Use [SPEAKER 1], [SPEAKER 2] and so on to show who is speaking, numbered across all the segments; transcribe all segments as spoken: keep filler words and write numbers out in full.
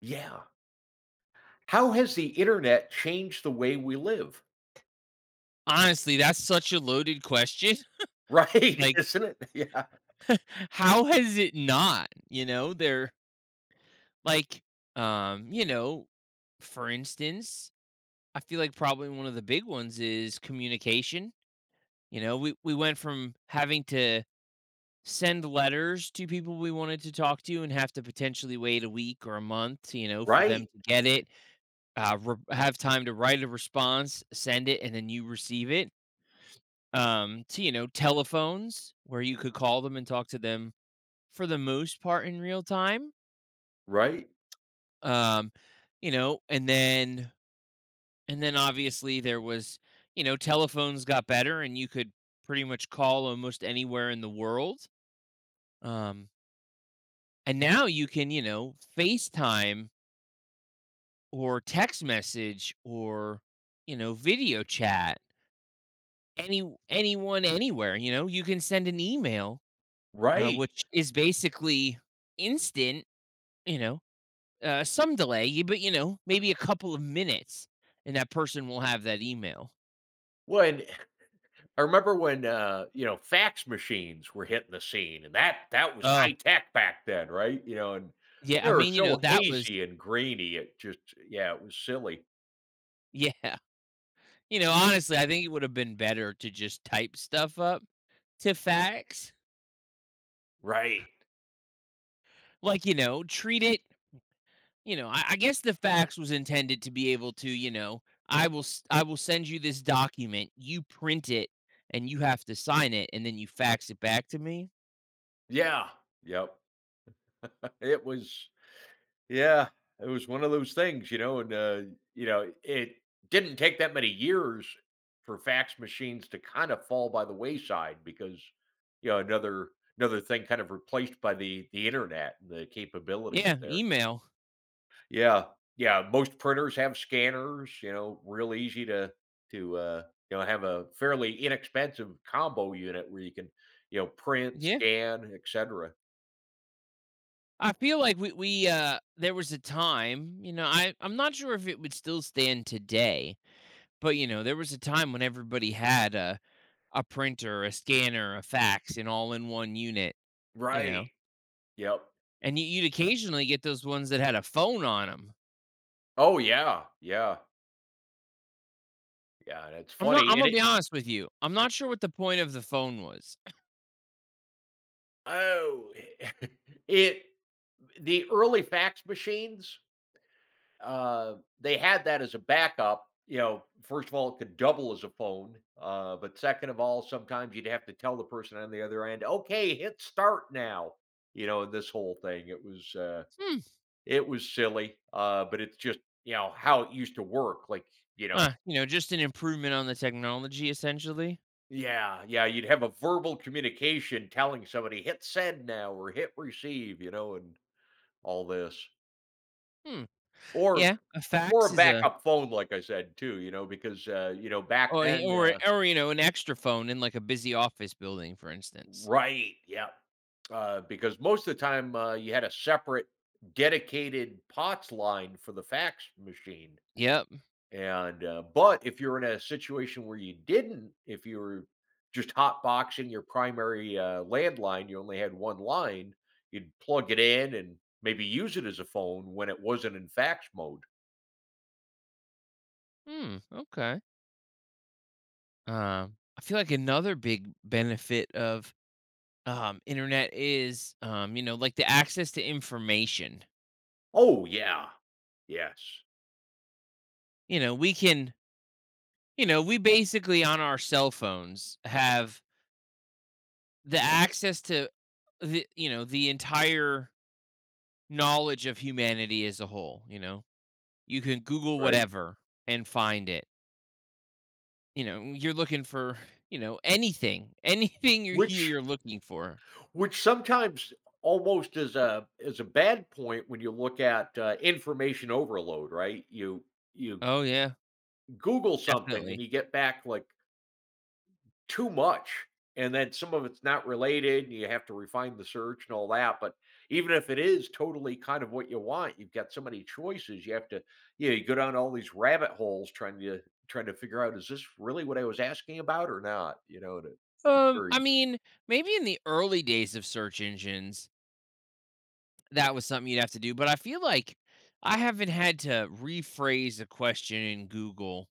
[SPEAKER 1] Yeah. How has the internet changed the way we live?
[SPEAKER 2] Honestly, that's such a loaded question.
[SPEAKER 1] Right,
[SPEAKER 2] Like,
[SPEAKER 1] isn't it? Yeah.
[SPEAKER 2] how has it not? You know, they're like, um, you know, for instance, I feel like probably one of the big ones is communication. You know, we, we went from having to send letters to people we wanted to talk to and have to potentially wait a week or a month, you know, for them
[SPEAKER 1] Right,
[SPEAKER 2] to get it, uh, re- have time to write a response, send it, and then you receive it, um, to you know telephones where you could call them and talk to them for the most part in real time.
[SPEAKER 1] right,
[SPEAKER 2] um, you know and then and then obviously there was, you know, telephones got better and you could pretty much call almost anywhere in the world. um, and now you can, you know, facetime or text message or, you know, video chat any anyone anywhere. You know, you can send an email, uh,
[SPEAKER 1] right.
[SPEAKER 2] which is basically instant. You know, uh, some delay, y- but you know, maybe a couple of minutes, and that person will have that email.
[SPEAKER 1] When I remember when, uh, you know, fax machines were hitting the scene, and that that was
[SPEAKER 2] Oh,
[SPEAKER 1] high tech back then, right? You know, and
[SPEAKER 2] yeah,
[SPEAKER 1] they
[SPEAKER 2] I
[SPEAKER 1] were
[SPEAKER 2] mean, you know,
[SPEAKER 1] so
[SPEAKER 2] that was,
[SPEAKER 1] hazy and grainy. It just Yeah, it was silly.
[SPEAKER 2] yeah. You know, honestly, I think it would have been better to just type stuff up to fax.
[SPEAKER 1] Right.
[SPEAKER 2] Like, you know, treat it, you know, I, I guess the fax was intended to be able to, you know, I will s- I will send you this document, you print it and you have to sign it and then you fax it back to me.
[SPEAKER 1] Yeah. Yep. It was Yeah, it was one of those things, you know, and, uh, you know, it didn't take that many years for fax machines to kind of fall by the wayside because, you know, another another thing kind of replaced by the the internet and the capabilities
[SPEAKER 2] Yeah,
[SPEAKER 1] there.
[SPEAKER 2] email.
[SPEAKER 1] Yeah. Yeah, most printers have scanners, you know, real easy to to uh, you know, have a fairly inexpensive combo unit where you can, you know, print,
[SPEAKER 2] Yeah.
[SPEAKER 1] scan, et cetera.
[SPEAKER 2] I feel like we we, uh, there was a time, you know, I I'm not sure if it would still stand today, but, you know, there was a time when everybody had a a printer, a scanner, a fax, and all in one unit, you know?
[SPEAKER 1] Right. Yep.
[SPEAKER 2] And you you'd occasionally get those ones that had a phone on them 'em.
[SPEAKER 1] Oh yeah. Yeah. Yeah, that's
[SPEAKER 2] I'm not
[SPEAKER 1] funny,
[SPEAKER 2] I'm
[SPEAKER 1] and
[SPEAKER 2] gonna
[SPEAKER 1] it
[SPEAKER 2] be honest with you, I'm not sure what the point of the phone was.
[SPEAKER 1] oh, it the early fax machines, uh, they had that as a backup, you know, first of all, it could double as a phone, uh, but second of all, sometimes you'd have to tell the person on the other end, "Okay, hit start now," you know, this whole thing, it was, uh,
[SPEAKER 2] Hmm,
[SPEAKER 1] It was silly, uh, but it's just, you know, how it used to work, like, you know
[SPEAKER 2] uh, you know, just an improvement on the technology, essentially?
[SPEAKER 1] Yeah, yeah, you'd have a verbal communication telling somebody, "Hit send now," or "Hit receive," you know, and all this.
[SPEAKER 2] Hmm,
[SPEAKER 1] Or
[SPEAKER 2] yeah, a
[SPEAKER 1] or
[SPEAKER 2] fax
[SPEAKER 1] a
[SPEAKER 2] is a,
[SPEAKER 1] backup phone, like I said, too, you know, because, uh, you know, back
[SPEAKER 2] or
[SPEAKER 1] then,
[SPEAKER 2] or
[SPEAKER 1] uh
[SPEAKER 2] or, you know, an extra phone in, like, a busy office building, for instance.
[SPEAKER 1] Right. Yeah. Uh, because most of the time, uh, you had a separate dedicated P O T S line for the fax machine,
[SPEAKER 2] Yep.
[SPEAKER 1] and, uh but if you're in a situation where you didn't, if you were just hotboxing your primary, uh, landline, you only had one line, you'd plug it in and maybe use it as a phone when it wasn't in fax mode.
[SPEAKER 2] Hmm, okay. Um, I feel like another big benefit of, um, internet is, um, you know, like, the access to information.
[SPEAKER 1] Oh, yeah. Yes.
[SPEAKER 2] You know, we can you know, we basically on our cell phones have the access to the you know, the entire knowledge of humanity as a whole, you know? You can Google
[SPEAKER 1] Right.
[SPEAKER 2] whatever and find it. You know, mm, you're looking for, you know, anything. Anything you're here
[SPEAKER 1] Which
[SPEAKER 2] you're looking for.
[SPEAKER 1] which sometimes almost is a is a bad point when you look at, uh, information overload, right? You you
[SPEAKER 2] Oh, yeah.
[SPEAKER 1] Google something and
[SPEAKER 2] Definitely.
[SPEAKER 1] you get back, like, too much, and then some of it's not related, and you have to refine the search and all that, but even if it is totally kind of what you want, you've got so many choices, you have to yeah, you go down all these rabbit holes trying to trying to figure out, "Is this really what I was asking about or not?" You know, and it's
[SPEAKER 2] Um, I
[SPEAKER 1] very
[SPEAKER 2] mean, maybe in the early days of search engines, that was something you'd have to do, but I feel like I haven't had to rephrase a question in Google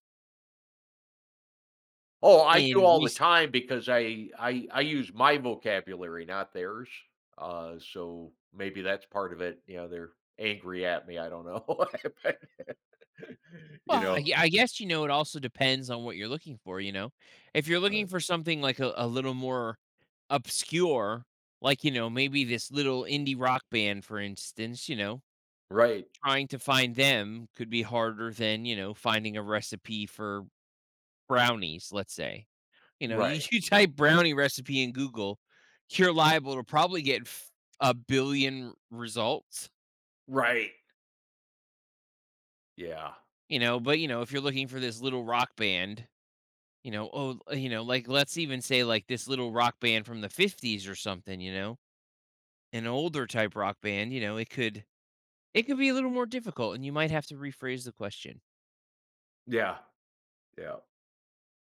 [SPEAKER 1] Oh, I do
[SPEAKER 2] in
[SPEAKER 1] all the
[SPEAKER 2] recent.
[SPEAKER 1] time because I I I use my vocabulary, not theirs. Uh, so maybe that's part of it. You know, they're angry at me. I don't know. But, you
[SPEAKER 2] well,
[SPEAKER 1] know,
[SPEAKER 2] I gue I guess, you know, it also depends on what you're looking for, you know? If you're looking for something like a a little more obscure, like, you know, maybe this little indie rock band, for instance, you know,
[SPEAKER 1] right,
[SPEAKER 2] trying to find them could be harder than, you know, finding a recipe for brownies, let's say. You know, you,
[SPEAKER 1] right,
[SPEAKER 2] you type brownie recipe in Google, you're liable to probably get f- a billion results,
[SPEAKER 1] right. Yeah,
[SPEAKER 2] you know. But, you know, if you're looking for this little rock band, you know, oh, you know, like let's even say like this little rock band from the fifties or something, you know, an older type rock band, you know, it could, it could be a little more difficult and you might have to rephrase the question.
[SPEAKER 1] yeah, yeah.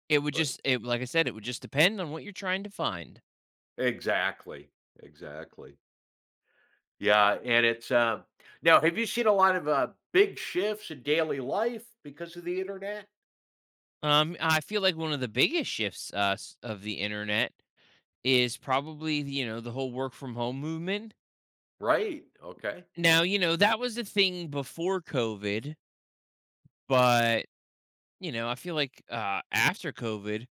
[SPEAKER 2] It would
[SPEAKER 1] But
[SPEAKER 2] just, it, like I said, it would just depend on what you're trying to find.
[SPEAKER 1] exactly, exactly. Yeah, and it's um. Now, have you seen a lot of uh, big shifts in daily life because of the internet?
[SPEAKER 2] Um, I feel like one of the biggest shifts, uh, s- of the internet is probably, you know, the whole work from home movement.
[SPEAKER 1] Right. Okay.
[SPEAKER 2] Now, you know, that was a thing before COVID, but, you know, I feel like, uh, after COVID,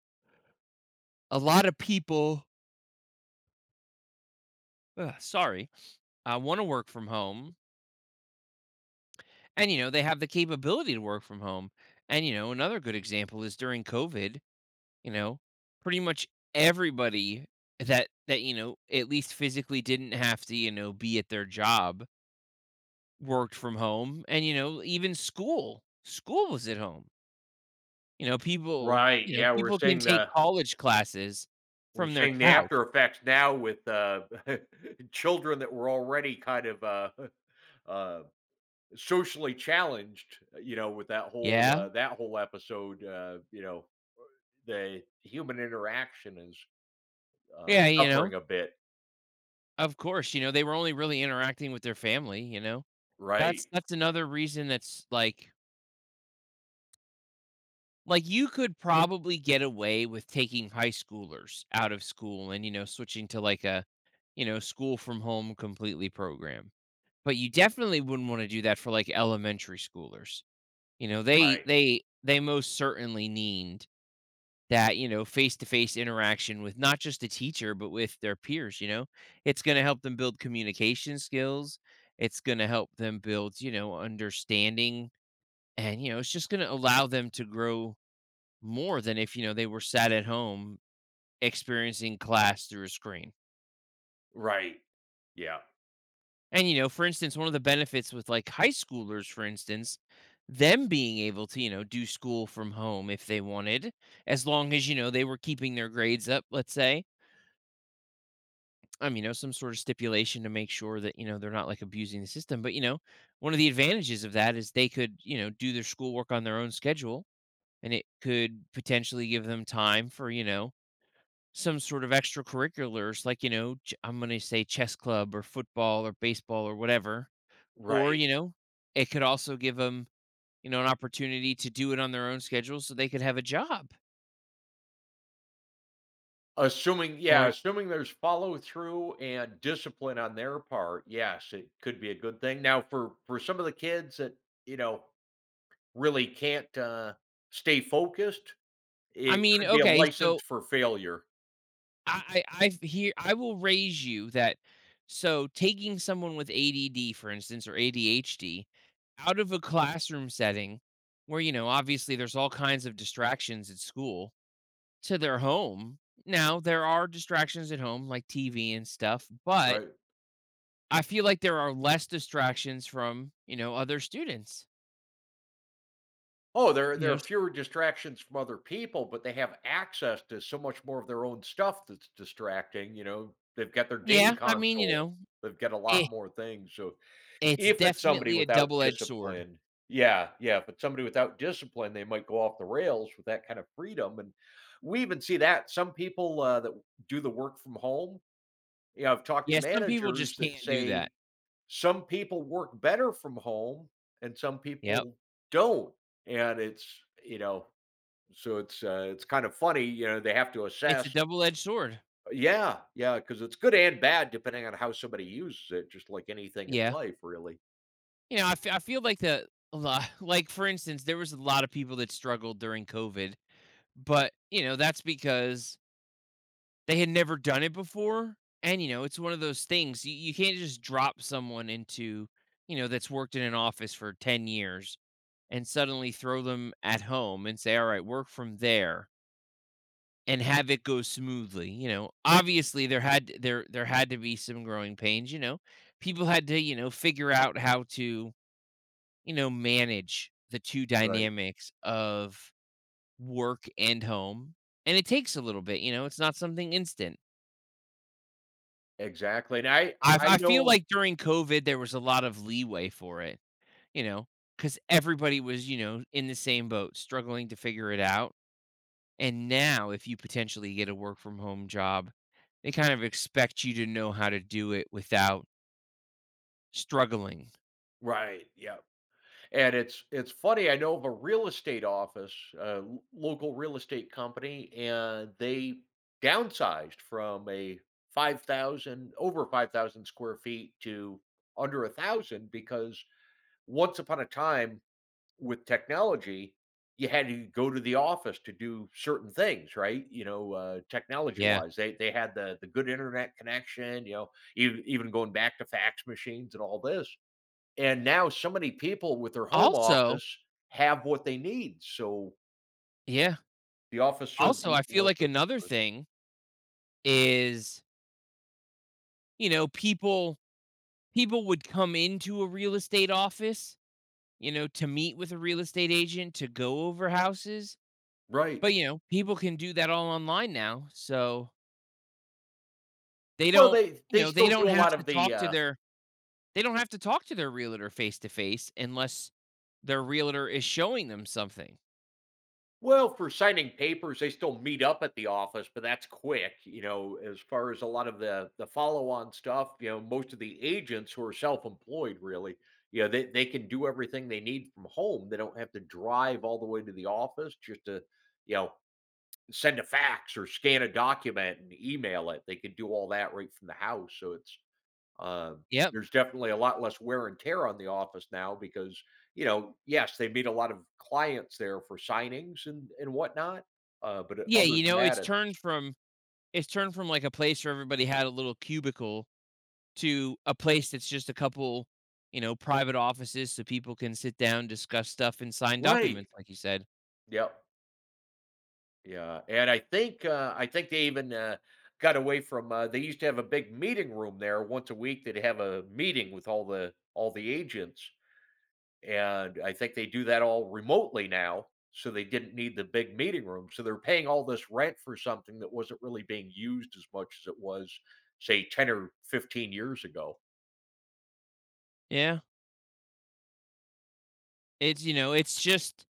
[SPEAKER 2] a lot of people, ugh, sorry, uh, want to work from home. And, you know, they have the capability to work from home. And, you know, another good example is during COVID, you know, pretty much everybody that, that, you know, at least physically didn't have to, you know, be at their job, worked from home and, you know, even school, school was at home. You know, people,
[SPEAKER 1] Right.
[SPEAKER 2] you know,
[SPEAKER 1] Yeah, we're
[SPEAKER 2] people can
[SPEAKER 1] seeing
[SPEAKER 2] take
[SPEAKER 1] the
[SPEAKER 2] college classes
[SPEAKER 1] We're
[SPEAKER 2] from their
[SPEAKER 1] seeing the
[SPEAKER 2] couch.
[SPEAKER 1] after effects now with uh, children that were already kind of uh, uh, socially challenged. uh, You know, with that whole
[SPEAKER 2] Yeah.
[SPEAKER 1] uh, that whole episode. Uh, you know, the human interaction is uh,
[SPEAKER 2] Yeah, you
[SPEAKER 1] suffering
[SPEAKER 2] know,
[SPEAKER 1] a bit.
[SPEAKER 2] of course, you know, they were only really interacting with their family, you know.
[SPEAKER 1] Right.
[SPEAKER 2] That's that's another reason that's like, like you could probably get away with taking high schoolers out of school and, you know, switching to like a, you know, school from home completely program. But you definitely wouldn't want to do that for like elementary schoolers. You know, they
[SPEAKER 1] Right.
[SPEAKER 2] they they most certainly need that, you know, face-to-face interaction with not just the teacher, but with their peers, you know? It's gonna help them build communication skills. It's gonna help them build, you know, understanding, and, you know, it's just gonna allow them to grow more than if, you know, they were sat at home experiencing class through a screen.
[SPEAKER 1] Right. Yeah.
[SPEAKER 2] And, you know, for instance, one of the benefits with like high schoolers, for instance, them being able to, you know, do school from home if they wanted, as long as, you know, they were keeping their grades up, let's say. Um, you know, some sort of stipulation to make sure that, you know, they're not like abusing the system. But, you know, one of the advantages of that is they could, you know, do their schoolwork on their own schedule and it could potentially give them time for, you know, some sort of extracurriculars like, you know, ch- I'm going to say chess club or football or baseball or whatever. Or,
[SPEAKER 1] Right.
[SPEAKER 2] you know, it could also give them, you know, an opportunity to do it on their own schedule so they could have a job.
[SPEAKER 1] Assuming, yeah,
[SPEAKER 2] Or
[SPEAKER 1] assuming there's follow through and discipline on their part, yes, it could be a good thing. Now, for for some of the kids that you know really can't, uh, stay focused,
[SPEAKER 2] I
[SPEAKER 1] it
[SPEAKER 2] mean,
[SPEAKER 1] could be a
[SPEAKER 2] okay,
[SPEAKER 1] license
[SPEAKER 2] so
[SPEAKER 1] for failure.
[SPEAKER 2] I I i here I will raise you that, so taking someone with A D D, for instance, or A D H D out of a classroom setting where, you know, obviously there's all kinds of distractions at school to their home. Now, there are distractions at home like T V and stuff, but
[SPEAKER 1] Right.
[SPEAKER 2] I feel like there are less distractions from, you know, other students.
[SPEAKER 1] Oh, there
[SPEAKER 2] You
[SPEAKER 1] there
[SPEAKER 2] know,
[SPEAKER 1] are
[SPEAKER 2] s
[SPEAKER 1] fewer distractions from other people, but they have access to so much more of their own stuff that's distracting, you know? They've got their game
[SPEAKER 2] yeah, I mean, you
[SPEAKER 1] console,
[SPEAKER 2] know,
[SPEAKER 1] they've got a lot
[SPEAKER 2] it
[SPEAKER 1] more things, so
[SPEAKER 2] it's
[SPEAKER 1] if it's somebody
[SPEAKER 2] definitely a
[SPEAKER 1] without
[SPEAKER 2] double-edged sword.
[SPEAKER 1] discipline yeah, yeah, if it's somebody without discipline, they might go off the rails with that kind of freedom, and we even see that some people, uh, that do the work from home, you know, I've talked to
[SPEAKER 2] Yeah, some people
[SPEAKER 1] managers
[SPEAKER 2] just
[SPEAKER 1] that
[SPEAKER 2] can't do
[SPEAKER 1] say,
[SPEAKER 2] that.
[SPEAKER 1] some people work better from home and some
[SPEAKER 2] Yep,
[SPEAKER 1] people don't. And it's, you know, so it's uh, it's kind of funny, you know, they have to
[SPEAKER 2] it's a
[SPEAKER 1] assess.
[SPEAKER 2] double-edged sword.
[SPEAKER 1] Yeah, yeah, because it's good and bad depending on how somebody uses it, just like anything in
[SPEAKER 2] Yeah.
[SPEAKER 1] life, really.
[SPEAKER 2] You know, I f I feel like the li like, for instance, there was a lot of people that struggled during COVID, but, you know, that's because they had never done it before, and, you know, it's one of those things, you you can't just drop someone into, you know, that's worked in an office for ten years and suddenly throw them at home and say, "Alright, work from there," and have it go smoothly, you know? Obviously, there had there there had to be some growing pains, you know? People had to, you know, figure out how to, you know, manage the two
[SPEAKER 1] Right.
[SPEAKER 2] dynamics of work and home, and it takes a little bit, you know? It's not something instant.
[SPEAKER 1] Exactly. And I
[SPEAKER 2] I
[SPEAKER 1] I
[SPEAKER 2] I feel
[SPEAKER 1] know
[SPEAKER 2] like during COVID, there was a lot of leeway for it, you know, because everybody was, you know, in the same boat, struggling to figure it out. And now, if you potentially get a work from home job, they kind of expect you to know how to do it without struggling.
[SPEAKER 1] Right. Yeah. And it's it's funny, I know of a real estate office, a l- local real estate company, and they downsized from a five thousand, over five thousand square feet to under a thousand because once upon a time with technology, you had to go to the office to do certain things, right? You know, uh, technology
[SPEAKER 2] Yeah.
[SPEAKER 1] wise, they they had the the good internet connection, you know, even, even going back to fax machines and all this. And now so many people with their home
[SPEAKER 2] Also,
[SPEAKER 1] office have what they need, so
[SPEAKER 2] yeah.
[SPEAKER 1] the office served
[SPEAKER 2] Also,
[SPEAKER 1] l
[SPEAKER 2] I feel
[SPEAKER 1] less
[SPEAKER 2] like
[SPEAKER 1] of a
[SPEAKER 2] another
[SPEAKER 1] purpose.
[SPEAKER 2] thing is, you know, people people would come into a real estate office, you know, to meet with a real estate agent to go over houses,
[SPEAKER 1] Right.
[SPEAKER 2] but you know, people can do that all online now. So, they
[SPEAKER 1] Well,
[SPEAKER 2] don't,
[SPEAKER 1] they
[SPEAKER 2] you
[SPEAKER 1] they
[SPEAKER 2] know, they
[SPEAKER 1] still do
[SPEAKER 2] don't
[SPEAKER 1] a lot
[SPEAKER 2] have to
[SPEAKER 1] of the,
[SPEAKER 2] talk to
[SPEAKER 1] uh
[SPEAKER 2] their. They don't have to talk to their realtor face to face unless their realtor is showing them something.
[SPEAKER 1] Well, for signing papers, they still meet up at the office, but that's quick, you know, as far as a lot of the the follow-on stuff, you know, most of the agents who are self-employed really, you know, they they can do everything they need from home. They don't have to drive all the way to the office just to, you know, send a fax or scan a document and email it. They can do all that right from the house. So it's um,
[SPEAKER 2] Yep.
[SPEAKER 1] there's definitely a lot less wear and tear on the office now because you know yes they meet a lot of clients there for signings and and whatnot. Uh, but
[SPEAKER 2] Yeah,
[SPEAKER 1] other than
[SPEAKER 2] you know,
[SPEAKER 1] that,
[SPEAKER 2] it's
[SPEAKER 1] it's
[SPEAKER 2] turned from it's turned from like a place where everybody had a little cubicle to a place that's just a couple, you know, private offices so people can sit down, discuss stuff and sign
[SPEAKER 1] Right.
[SPEAKER 2] documents like you said.
[SPEAKER 1] Yep. Yeah. And I think uh, I think they even uh, got away from. Uh, they used to have a big meeting room there once a week. They'd have a meeting with all the all the agents, and I think they do that all remotely now. So they didn't need the big meeting room. So they're paying all this rent for something that wasn't really being used as much as it was, say, ten or fifteen years ago.
[SPEAKER 2] Yeah. It's you know, it's just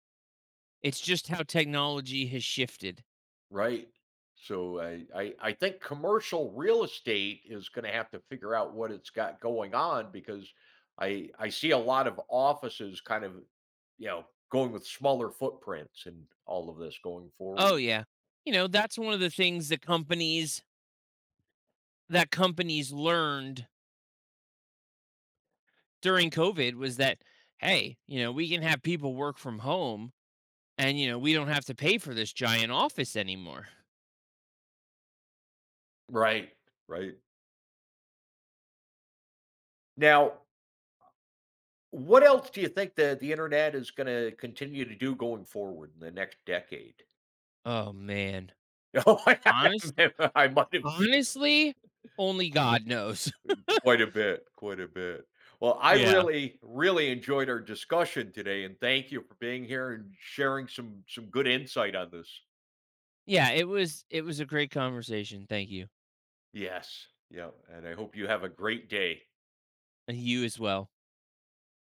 [SPEAKER 2] it's just how technology has shifted.
[SPEAKER 1] Right. So I, I, I think commercial real estate is going to have to figure out what it's got going on because I I see a lot of offices kind of, you know, going with smaller footprints and all of this going forward.
[SPEAKER 2] Oh yeah. You know, that's one of the things that companies that companies learned during COVID was that, hey, you know, we can have people work from home and, you know, we don't have to pay for this giant office anymore.
[SPEAKER 1] Right. Right. Now, what else do you think the the internet is gonna continue to do going forward in the next decade?
[SPEAKER 2] Oh, man.
[SPEAKER 1] Oh, I
[SPEAKER 2] Honest,
[SPEAKER 1] I might have
[SPEAKER 2] honestly, only God knows.
[SPEAKER 1] quite a bit, quite a bit. Well, I
[SPEAKER 2] yeah.
[SPEAKER 1] really, really enjoyed our discussion today, and thank you for being here and sharing some some good insight on this.
[SPEAKER 2] Yeah. It was, it was a great conversation. Thank you.
[SPEAKER 1] Yes. Yeah, and I hope you have a great day.
[SPEAKER 2] And you as well.